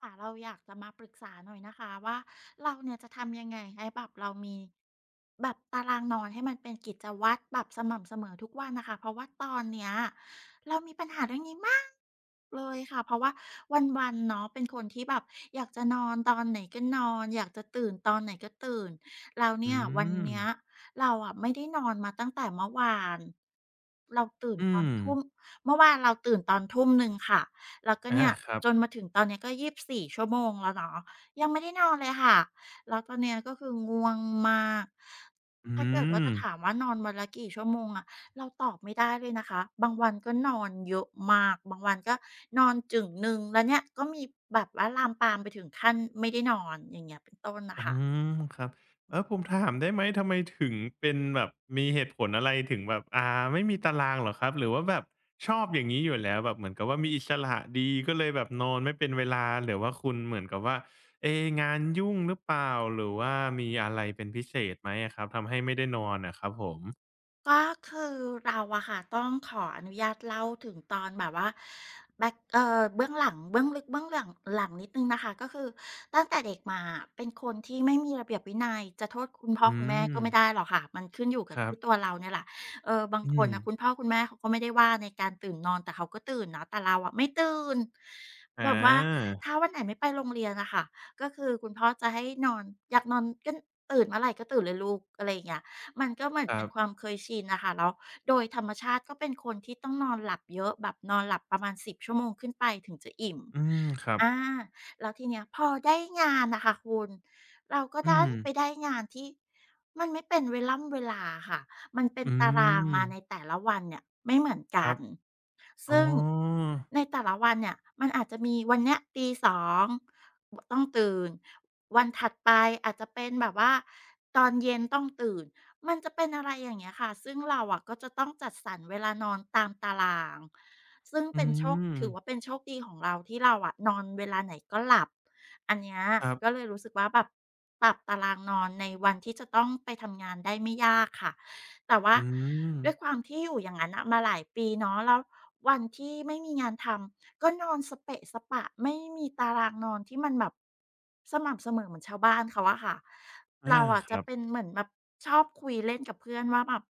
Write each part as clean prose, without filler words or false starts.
ค่ะเราอยากจะมาปรึกษาหน่อยนะคะว่าเราเนี่ยจะทำยังไงให้แบบเรามีแบบตารางนอนให้มันเป็นกิจวัตรแบบสม่ำเสมอทุกวันนะคะเพราะว่าตอนเนี้ยเรามีปัญหาเรื่องนี้มากเลยค่ะเพราะว่าวันๆเนาะเป็นคนที่แบบอยากจะนอนตอนไหนก็นอนอยากจะตื่นตอนไหนก็ตื่นแล้วอืเนี่ยวันมเนี้ยเราอะไม่ได้นอนมาตั้งแต่เมื่อวานเราตื่นอืตอนมทุ่มเมื่อวานเราตื่นตอนทุ่มหนึ่งค่ะ แล้วก็อาเนี่ยครัจนบมาถึงตอนเนี้ยก็24ชั่วโมงแล้วเนาะยังไม่ได้นอนเลยค่ะแล้วตอนเนี้ยก็คือง่วงมากอืถ้าเกิดว่ามจะถามว่านอนวันละกี่ชั่วโมงอะเราตอบไม่ได้เลยนะคะบางวันก็นอนเยอะมากบางวันก็นอนจึงหนึ่งแล้วเนี่ยก็มีแบบว่าลามปามไปถึงขั้นไม่ได้นอนอย่างเงี้ยเป็นต้นนะอ๋อคะ ครับเออผมถามได้ไหม ทำไมถึงเป็นแบบมีเหตุผลอะไรถึงแบบไม่มีตารางเหรอครับหรือว่าแบบชอบอย่างงี้อยู่แล้วแบบเหมือนกับว่ามีอิสระดีก็เลยแบบนอนไม่เป็นเวลาหรือว่าคุณเหมือนกับว่าเอ๊งานยุ่งหรือเปล่าหรือว่ามีอะไรเป็นพิเศษไหมอะครับทำให้ไม่ได้นอนอะครับผมก็คือเราอะค่ะต้องขออนุญาตเล่าถึงตอนแบบว่าแบ็กเบื้องหลังเบื้องลึกเบื้องหลังหลังนิดนึงนะคะก็คือตั้งแต่เด็กมาเป็นคนที่ไม่มีระเบียบวินัยจะโทษคุณพ่ออืคุณแม่ก็มไม่ได้หรอกค่ะมันขึ้นอยู่กัคบรัที่ตัวบเราเนี่ยแหละบางอืคนมนะคุณพ่อคุณแม่เขาก็ไม่ได้ว่าในการตื่นนอนแต่เขาก็ตื่นนะแต่เราอะไม่ตื่นอแบบว่าาถ้าวันไหนไม่ไปโรงเรียนนะคะก็คือคุณพ่อจะให้นอนอยากนอนก็ตื่นเมื่อไหรก็ตื่นเลยลูกอะไรอย่างเงี้ย มันก็เหมือนครัเป็นความบเคยชินนะคะแล้วโดยธรรมชาติก็เป็นคนที่ต้องนอนหลับเยอะแบบนอนหลับประมาณ10ชั่วโมงขึ้นไปถึงจะอิ่มอืมครับอาแล้วทีเนี้ยพอได้งานน่ะค่ะคุณเราก็อืดัมนไปได้งานที่มันไม่เป็นเวล่ำเวลาค่ะมันเป็นอืตารางมาในม แต่ละวันเนี่ยไม่เหมือนคกัรันบอ๋อซึ่งในแต่ละวันเนี่ยมันอาจจะมีวันเนี้ย02.00บต้องตื่นวันถัดไปอาจจะเป็นแบบว่าตอนเย็นต้องตื่น มันจะเป็นอะไรอย่างเงี้ยค่ะ ซึ่งเราอะก็จะต้องจัดสรรเวลานอนตามตาราง ซึ่งอืเป็นโชคมถือว่าเป็นโชคดีของเราที่เราอะนอนเวลาไหนก็หลับ อันเนี้ยครับก็เลยรู้สึกว่าแบบปรับตารางนอนในวันที่จะต้องไปทำงานได้ไม่ยากค่ะ แต่ว่าอืมด้วยความที่อยู่อย่างนั้นน่ะมาหลายปีเนาะแล้ววันที่ไม่มีงานทำก็นอนสะเปะสะปะไม่มีตารางนอนที่มันแบบสม่ำเสมอเหมือนชาวบ้านเขาอะค่ะอาเราอะคจะรับเป็นเหมือนแบบชอบคุยเล่นกับเพื่อนว่าแบบ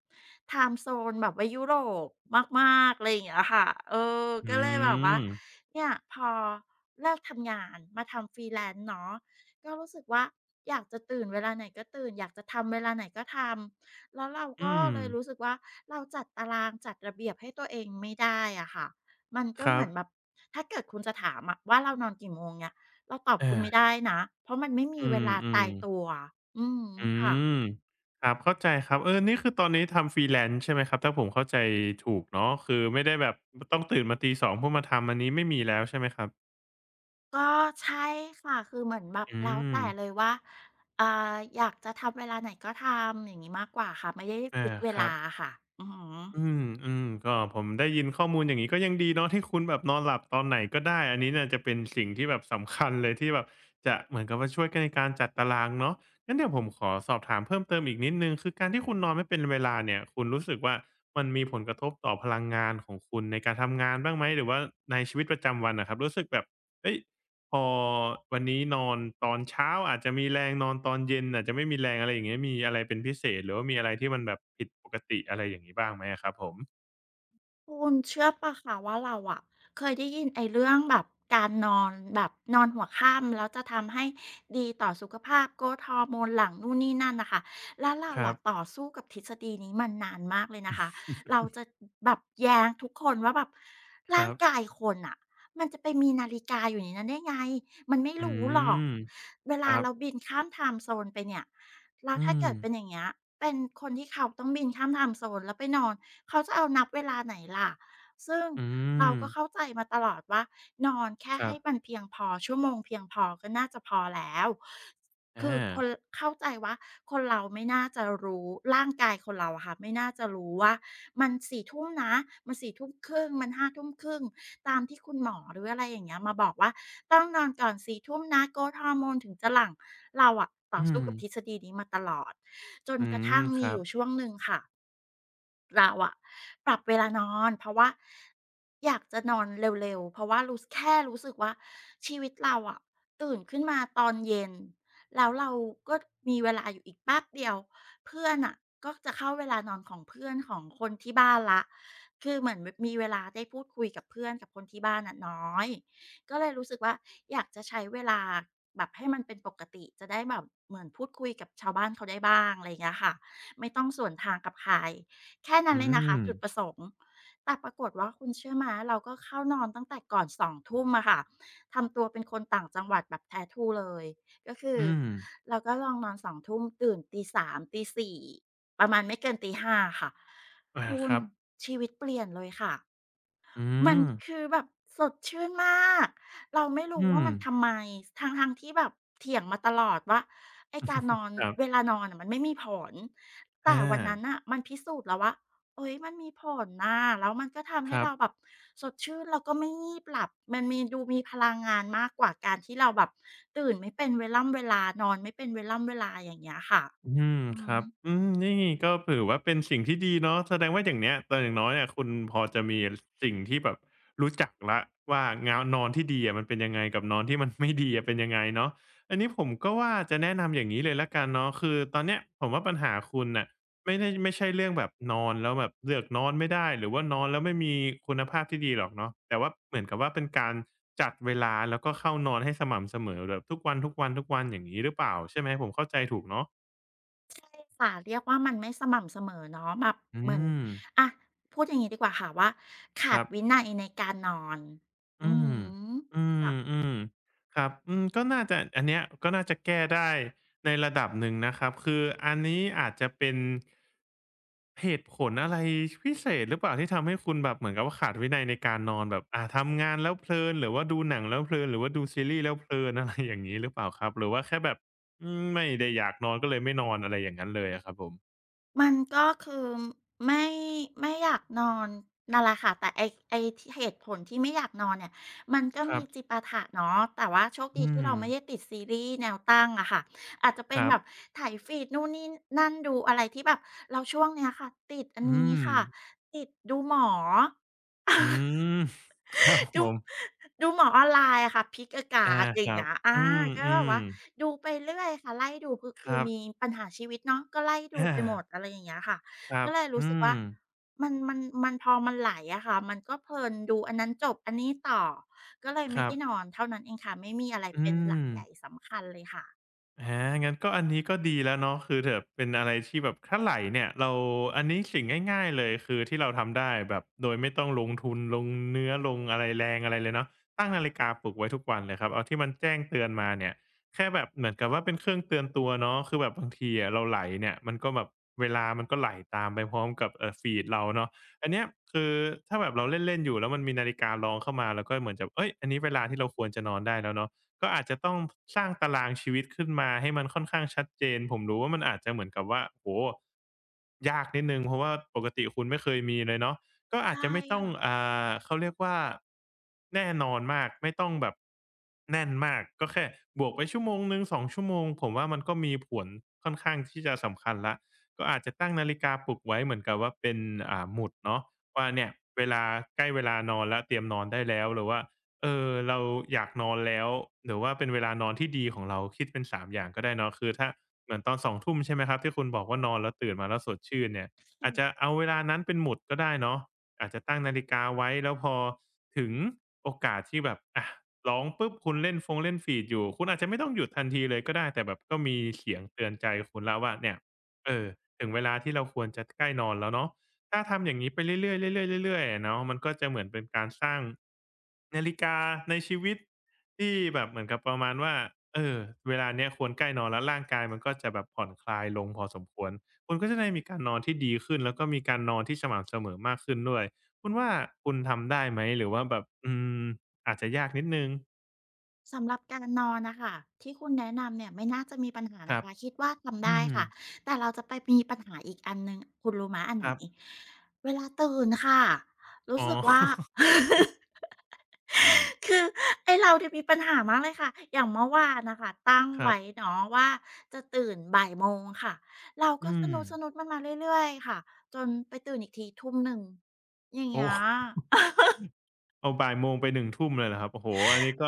ไทม์โซนแบบว่ายุโรปมากๆอะไรอย่างเงี้ยค่ะเอออืก็เลยแบบว่ามเนี่ยพอเลิกทำงานมาทำ freelance เนาะก็รู้สึกว่าอยากจะตื่นเวลาไหนก็ตื่นอยากจะทำเวลาไหนก็ทำ แล้วเราอืก็มเลยรู้สึกว่าเราจัดตารางจัดระเบียบให้ตัวเองไม่ได้อะค่ะมันก็คเหรัมืบอนแบบถ้าเกิดคุณจะถามอะว่าเรานอนกี่โมงเนี่ยเราตอบอาคุณไม่ได้นะเพราะมันไม่มีอืเวลาตามยตัๆวอืออืค่ะมครับ เข้าใจครับเออนี่คือตอนนี้ทำ Freelance ใช่ไหมครับ ถ้าผมเข้าใจถูกเนาะคือไม่ได้แบบต้องตื่นมาตี2เพื่อมาทำอันนี้ไม่มีแล้วใช่ไหมครับก็ใช่ค่ะคือเหมือนแบบอืแล้วมแต่เลยว่าอ่าอยากจะทำเวลาไหนก็ทำอย่างงี้มากกว่าค่ะไม่ได้อาฟิกซ์เวคลารับ ะค่ะอือฮึ อืมอืมก็ผมได้ยินข้อมูลอย่างนี้ก็ยังดีเนาะที่คุณแบบนอนหลับตอนไหนก็ได้อันนี้เนี่ยจะเป็นสิ่งที่แบบสำคัญเลยที่แบบจะเหมือนกับว่าช่วยกันในการจัดตารางเนาะงั้นเดี๋ยวผมขอสอบถามเพิ่มเติมอีกนิดหนึ่งคือการที่คุณนอนไม่เป็นเวลาเนี่ยคุณรู้สึกว่ามันมีผลกระทบต่อพลังงานของคุณในการทำงานบ้างไหมหรือว่าในชีวิตประจำวันนะครับรู้สึกแบบเอ้ย พอวันนี้นอนตอนเช้าอาจจะมีแรงนอนตอนเย็นอาจจะไม่มีแรงอะไรอย่างเงี้ยมีอะไรเป็นพิเศษหรือว่ามีอะไรที่มันแบบผิดปกติอะไรอย่างนี้บ้างไหมอะครับผมคุณเชื่อปล่าคะว่าเราอะเคยได้ยินไอ้เรื่องแบบการนอนแบบนอนหัวค่ำแล้วจะทำให้ดีต่อสุขภาพ GRO ฮอร์โมนหลังนู่นนี่นั่นนะคะแล้วเราครัอะบต่อสู้กับทฤษฎีนี้มานานมากเลยนะคะเราจะแบบแย้งทุกคนว่าแบบคร่ารังบกายคนอะมันจะไปมีนาฬิกาอยู่ในนั้นได้ไงมันไม่อืรู้หรอกมเวคลารับเราบินข้ามไทม์โซนไปเนี่ยแล้วอืถ้ามเกิดเป็นอย่างเงี้ยเป็นคนที่เขาต้องบินข้ามไทม์โซนแล้วไปนอน เขาจะเอานับเวลาไหนล่ะ ซึ่งอืเรามก็เข้าใจมาตลอดว่านอนแค่ครัให้บมันเพียงพอชั่วโมงเพียงพอก็น่าจะพอแล้ว คือคอานเข้าใจว่าคนเราไม่น่าจะรู้ร่างกายคนเราอะค่ะไม่น่าจะรู้ว่ามันส่ทุ่มนะมันส่ทุ่มครึ่งมัน5ทุ่มครึ่งตามที่คุณหมอหรืออะไรอย่างเงี้ยมาบอกว่าต้องนอนก่อนส่ทุ่มนะโกรทฮอร์โมนถึงจะหลั่งเราอะต่ออืสู้มกับทฤษฎีนี้มาตลอดจนอืกระมทั่งคมีรัอบยู่ช่วงหนึ่งค่ะ เราอะปรับเวลานอนเพราะว่าอยากจะนอนเร็วๆเพราะว่ารู้แค่รู้สึกว่าชีวิตเราอะตื่นขึ้นมาตอนเย็นแล้วเราก็มีเวลาอยู่อีกแป๊บเดียวเพื่อนน่ะก็จะเข้าเวลานอนของเพื่อนของคนที่บ้านแล้วคือเหมือนแบบมีเวลาได้พูดคุยกับเพื่อนกับคนที่บ้านน่ะน้อยก็เลยรู้สึกว่าอยากจะใช้เวลาแบบให้มันเป็นปกติจะได้แบบเหมือนพูดคุยกับชาวบ้านเขาได้บ้างอะไรอย่างเงี้ยค่ะไม่ต้องสวนทางกับใคร แค่นั้นอืเลยนะคะมจุดประสงค์แต่ปรากฏว่าคุณเชื่อไหมเราก็เข้านอนตั้งแต่ก่อน2ุ่มอะค่ะทำตัวเป็นคนต่างจังหวัดแบบแท้ทรูเลยก็คืออืมเราก็ลองนอน2ุ่มตื่นตี3ตี4ประมาณไม่เกินตี5ค่ะอาคุคณรับชีวิตเปลี่ยนเลยค่ะ อืมันมคือแบบสดชื่นมากเราไม่รู้อืว่ามมันทำไมทั้งๆที่แบบเถียงมาตลอดว่าไอ้การนอนครัเวบลานอนอะมันไม่มีผลอแต่วันนั้นาน่ะมันพิสูจน์แล้วว่าเฮ้ยมันมีผลน่ะแล้วมันก็ทำคให้รัเราแบบ บสดชื่นแล้วก็ไม่งีบหลับมันมีดูมีพลังงานมากกว่าการที่เราแบบตื่นไม่เป็นเวล่ำเวลานอนไม่เป็นเวล่ำเวลาอย่างเงี้ยค่ะอืมอืคอรับฮึ อืมนี่ก็ถือว่าเป็นสิ่งที่ดีเนาะแสดงว่าอย่างเนี้ยตอนอย่างน้อยเนี่ยคุณพอจะมีสิ่งที่แบบรู้จักแล้วว่างาวนอนที่ดีอะมันเป็นยังไงกับนอนที่มันไม่ดีอะเป็นยังไงเนาะอันนี้ผมก็ว่าจะแนะนำอย่างงี้เลยแล้วกันเนาะคือตอนเนี้ยผมว่าปัญหาคุณน่ะไม่ได้ไม่ใช่เรื่องแบบนอนแล้วแบบเลือกนอนไม่ได้หรือว่านอนแล้วไม่มีคุณภาพที่ดีหรอกเนาะแต่ว่าเหมือนกับว่าเป็นการจัดเวลาแล้วก็เข้านอนให้สม่ำเสมอแบบทุกวันๆๆอย่างงี้หรือเปล่าใช่ไหมผมเข้าใจถูกเนาะ สาเรียกว่ามันไม่สม่ำเสมอเนาะแบบอืเหมือนมอะพูดอย่างนี้ดีกว่าค่ะว่าคขาดรับวินัยในการนอนอือืมมอืมค่ะอืมครับอืมก็น่าจะอันเนี้ยก็น่าจะแก้ได้ในระดับหนึ่งนะครับคืออันนี้อาจจะเป็นเหตุผลอะไรพิเศษหรือเปล่าที่ทำให้คุณแบบเหมือนกับว่าขาดวินัยในการนอนแบบทำงานแล้วเพลินหรือว่าดูหนังแล้วเพลินหรือว่าดูซีรีส์แล้วเพลินอะไรอย่างงี้หรือเปล่าครับหรือว่าแค่แบบอืมไม่ได้อยากนอนก็เลยไม่นอนอะไรอย่างงั้นเลยอะครับผมมันก็คือไม่ไม่อยากนอนนั่นแหละค่ะแต่ไอที่เหตุผลที่ไม่อยากนอนเนี่ยมันก็ครัมีบจิปาถะเนาะแต่ว่าโชคดีอืที่มเราไม่ได้ติดซีรีส์แนวตั้งอะค่ะอาจจะเป็คนรับแบบไยฟีดนู่นนี่นั่นดูอะไรที่แบบเราช่วงเนี้ยค่ะติดอันอืนี้มค่ะติดดูหมอ อื มครับผดู ม ดูหมอออนไลน์อะค่ะ Pick a อา Card อคย่างรับ เงี้ยอาอืก็แบบมว่าๆดูไปเรื่อยค่ะไล่ดูคือคคือรับมีปัญหาชีวิตเนาะก็ไล่ดูอาไปหมดอะไรอย่างเงี้ยค่ะครัก็บ เลยรู้อืสึกว่ามมันมันมันพอมันไหลอะค่ะมันก็เพลินดูอันนั้นจบอันนี้ต่อก็เลยคไม่รัได้นอบ นเท่านั้นเองค่ะไม่มีอะไรอืเป็นหลักม ใหญ่สำคัญเลยค่ะอางั้นก็อันนี้ก็ดีแล้วเนาะคือเถอะเป็นอะไรที่แบบถ้าไหลเนี่ยเราอันนี้สิ่งง่ายๆเลยคือที่เราทำได้แบบโดยไม่ต้องลงทุนลงเนื้อลงอะไรแรงอะไรเลยเนาะตั้งนาฬิกาปลุกไว้ทุกวันเลยครับเอาที่มันแจ้งเตือนมาเนี่ยแค่แบบเหมือนกับว่าเป็นเครื่องเตือนตัวเนาะคือแบบบางทีอะเราไหลเนี่ยมันก็แบบเวลามันก็ไหลตามไปพร้อมกับฟีดเราเนาะอันเนี้ยคือถ้าแบบเราเล่นๆอยู่แล้วมันมีนาฬิการ้องเข้ามาเราก็เหมือนจะเฮ้ยอันนี้เวลาที่เราควรจะนอนได้แล้วเนาะ ก็อาจจะต้องสร้างตารางชีวิตขึ้นมาให้มันค่อนข้างชัดเจนผมรู้ว่ามันอาจจะเหมือนกับว่าโอ้โฮยากนิดหนึ่งเพราะว่าปกติคุณไม่เคยมีเลยเนาะก็อาจใช่ จะไม่ต้องเขาเรียกว่าแน่นอนมากไม่ต้องแบบแน่นมากก็แค่บวกไปชั่วโมงหนึ่ง2ชั่วโมงผมว่ามันก็มีผลค่อนข้างที่จะสำคัญแล้วก็อาจจะตั้งนาฬิกาปลุกไว้เหมือนกับว่าเป็นหมุดเนาะว่าเนี่ยเวลาใกล้เวลานอนแล้วเตรียมนอนได้แล้วหรือว่า เออเราอยากนอนแล้วหรือว่าเป็นเวลานอนที่ดีของเราคิดเป็นสามอย่างก็ได้เนาะคือถ้าเหมือนตอนสองทุ่มใช่ไหมครับที่คุณบอกว่านอนแล้วตื่นมาแล้วสดชื่นเนี่ยอาจจะเอาเวลานั้นเป็นหมุดก็ได้เนาะอาจจะตั้งนาฬิกาไว้แล้วพอถึงโอกาสที่แบบอะร้องปุ๊บคุณเล่นฟงเล่น feed อยู่คุณอาจจะไม่ต้องหยุดทันทีเลยก็ได้แต่แบบก็มีเสียงเตือนใจคุณแล้วว่าเนี่ยเออถึงเวลาที่เราควรจะใกล้นอนแล้วเนาะ ถ้าทำอย่างนี้ไปเรื่อยๆเรื่อยๆเรื่อยๆเนาะมันก็จะเหมือนเป็นการสร้างนาฬิกาในชีวิตที่แบบเหมือนกับประมาณว่าเออเวลาเนี้ยควรใกล้นอนแล้วร่างกายมันก็จะแบบผ่อนคลายลงพอสมควรคุณก็จะได้มีการนอนที่ดีขึ้นแล้วก็มีการนอนที่สม่ำเสมอมากขึ้นด้วยคุณว่าคุณทำได้ไหมหรือว่าแบบอืมอาจจะยากนิดนึงสำหรับการนอนนะคะที่คุณแนะนำเนี่ยไม่น่าจะมีปัญหาคนะรับคะคิดว่าทำอืได้มค่ะแต่เราจะไปมีปัญหาอีกอันหนึ่งคุณรู้ไหมอันคไหนรับเวลาตื่นค่ะรู้อ๋อ สึกว่า คือไอเราจะี่มีปัญหามากเลยค่ะอย่างเมื่อวานนะคะตั้งครัไว้บเนาะว่าจะตื่นบ่ายโมงค่ะเราอืก็สมนุกสนุๆมันมาเรื่อยๆค่ะจนไปตื่นอีกทีทุ่มหนึ่งอย่างโอเงี้ย ้ เอาบ่ายโมงไปหนึ่งทุ่มเลยเหรอครับโอ้โฮอันนี้ก็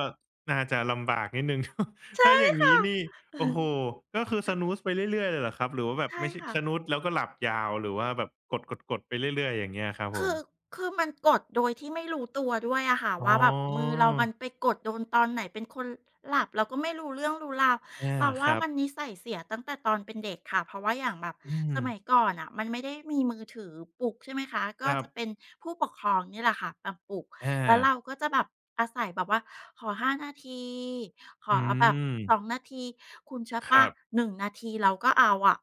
น่าจะลำบากนิดหนึ่ง ถ้าอ ย่างงี้ค่ะ นี่ โอ้โฮ ก็คือ snooze ไปเรื่อยๆเลยเหรอครับ หรือว่าแบบใช่ไม่ใช่ ค่ะ snooze แล้วก็หลับยาวหรือว่าแบบกดๆๆไปเรื่อยๆอย่างเงี้ยครับผคืมอคือมันกดโดยที่ไม่รู้ตัวด้วยอะค่ะอ๋ว่าแบบมืออเรามันไปกดโดนตอนไหนเป็นคนหลับเราก็ไม่รู้เรื่องรู้ราวอาเราคว่ารับมันนิสัยเสียตั้งแต่ตอนเป็นเด็กค่ะเพราะว่าอย่างแบบอืมสมัยก่อนน่ะมันไม่ได้มีมือถือปลุกใช่ไหมคะคก็รับจะเป็นผู้ปกครองนี่แหละค่ะมาปลุกอแล้วเราาก็จะแบบอาศัยแบบว่าขอห้านาทีขอือแบบม2นาทีคุณเชื่อคเปล่ารับ 1นงนาทีเราก็เอาอะ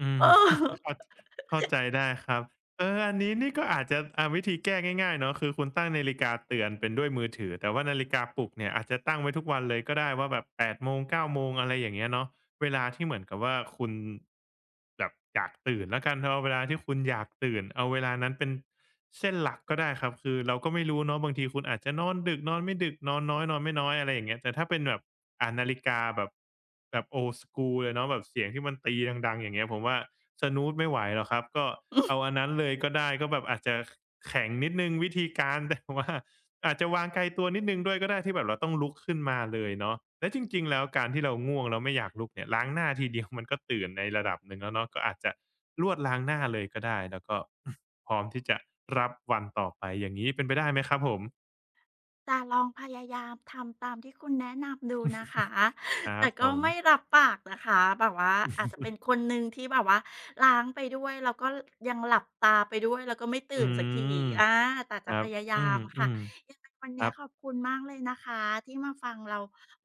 อืเอม อ เข้าเข้าใจได้ครับเอออันนี้นี่ก็อาจจะวิธีแก้ง่ายๆเนาะคือคุณตั้งนาฬิกาเตือนเป็นด้วยมือถือแต่ว่านาฬิกาปลุกเนี่ยอาจจะตั้งไว้ทุกวันเลยก็ได้ว่าแบบ8โมง9โมงอะไรอย่างเงี้ยเนาะ เวลาที่เหมือนกับว่าคุณแบบอยากตื่นแล้วกันเอาเวลาที่คุณอยากตื่นเอาเวลานั้นเป็นเส้นหลักก็ได้ครับคือเราก็ไม่รู้เนาะบางทีคุณอาจจะนอนดึกนอนไม่ดึกนอนน้อยนอนไม่น้อยอะไรอย่างเงี้ยแต่ถ้าเป็นแบบอ่านนาฬิกาแบบแบบ o อส s ูเลยเนาะแบบเสียงที่มันตีดังๆอย่างเงี้ยผมว่า s น o o ไม่ไหวหรอกครับก็เอาอันนั้นเลยก็ได้ก็แบบอาจจะแข็งนิดนึงวิธีการ แต่ว่า อาจจะวางไกลตัวนิดนึงด้วยก็ได้ที่แบบเราต้องลุกขึ้นมาเลยเนาะและจริงๆแล้วการที่เราง่วงแล้วไม่อยากลุกเนี่ยล้างหน้าทีเดียวมันก็ตื่นในระดับหนึ่งแล้วเนาะก็อาจจะลวดล้างหน้าเลยก็ได้แล้วก็ พร้อมที่จะรับวันต่อไปอย่างงี้เป็นไปได้ไหมครับผมจะลองพยายามทำตามที่คุณแนะนำดูนะคะ ครัแต่บผก็มไม่รับปากนะคะแบบว่าอาจจะเป็นคนหนึ่งที่แบบว่าล้างไปด้วยแล้วก็ยังหลับตาไปด้วยแล้วก็ไม่อืตื่นสักทีมอาแต่คจะรัพบยาอืยามมอืค่ะมยังไงวันคเนี้รัยบขอบคุณมากเลยนะคะที่มาฟังเรา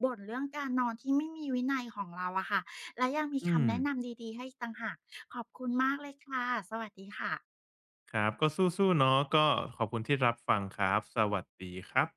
บ่นเรื่องการนอนที่ไม่มีวินัยของเราอะค่ะและยังมีอืคำมแนะนำดีๆให้อีกต่างหากขอบคุณมากเลยค่ะสวัสดีค่ะครับก็สู้ๆเนาะก็ขอบคุณที่รับฟังครับสวัสดีครับ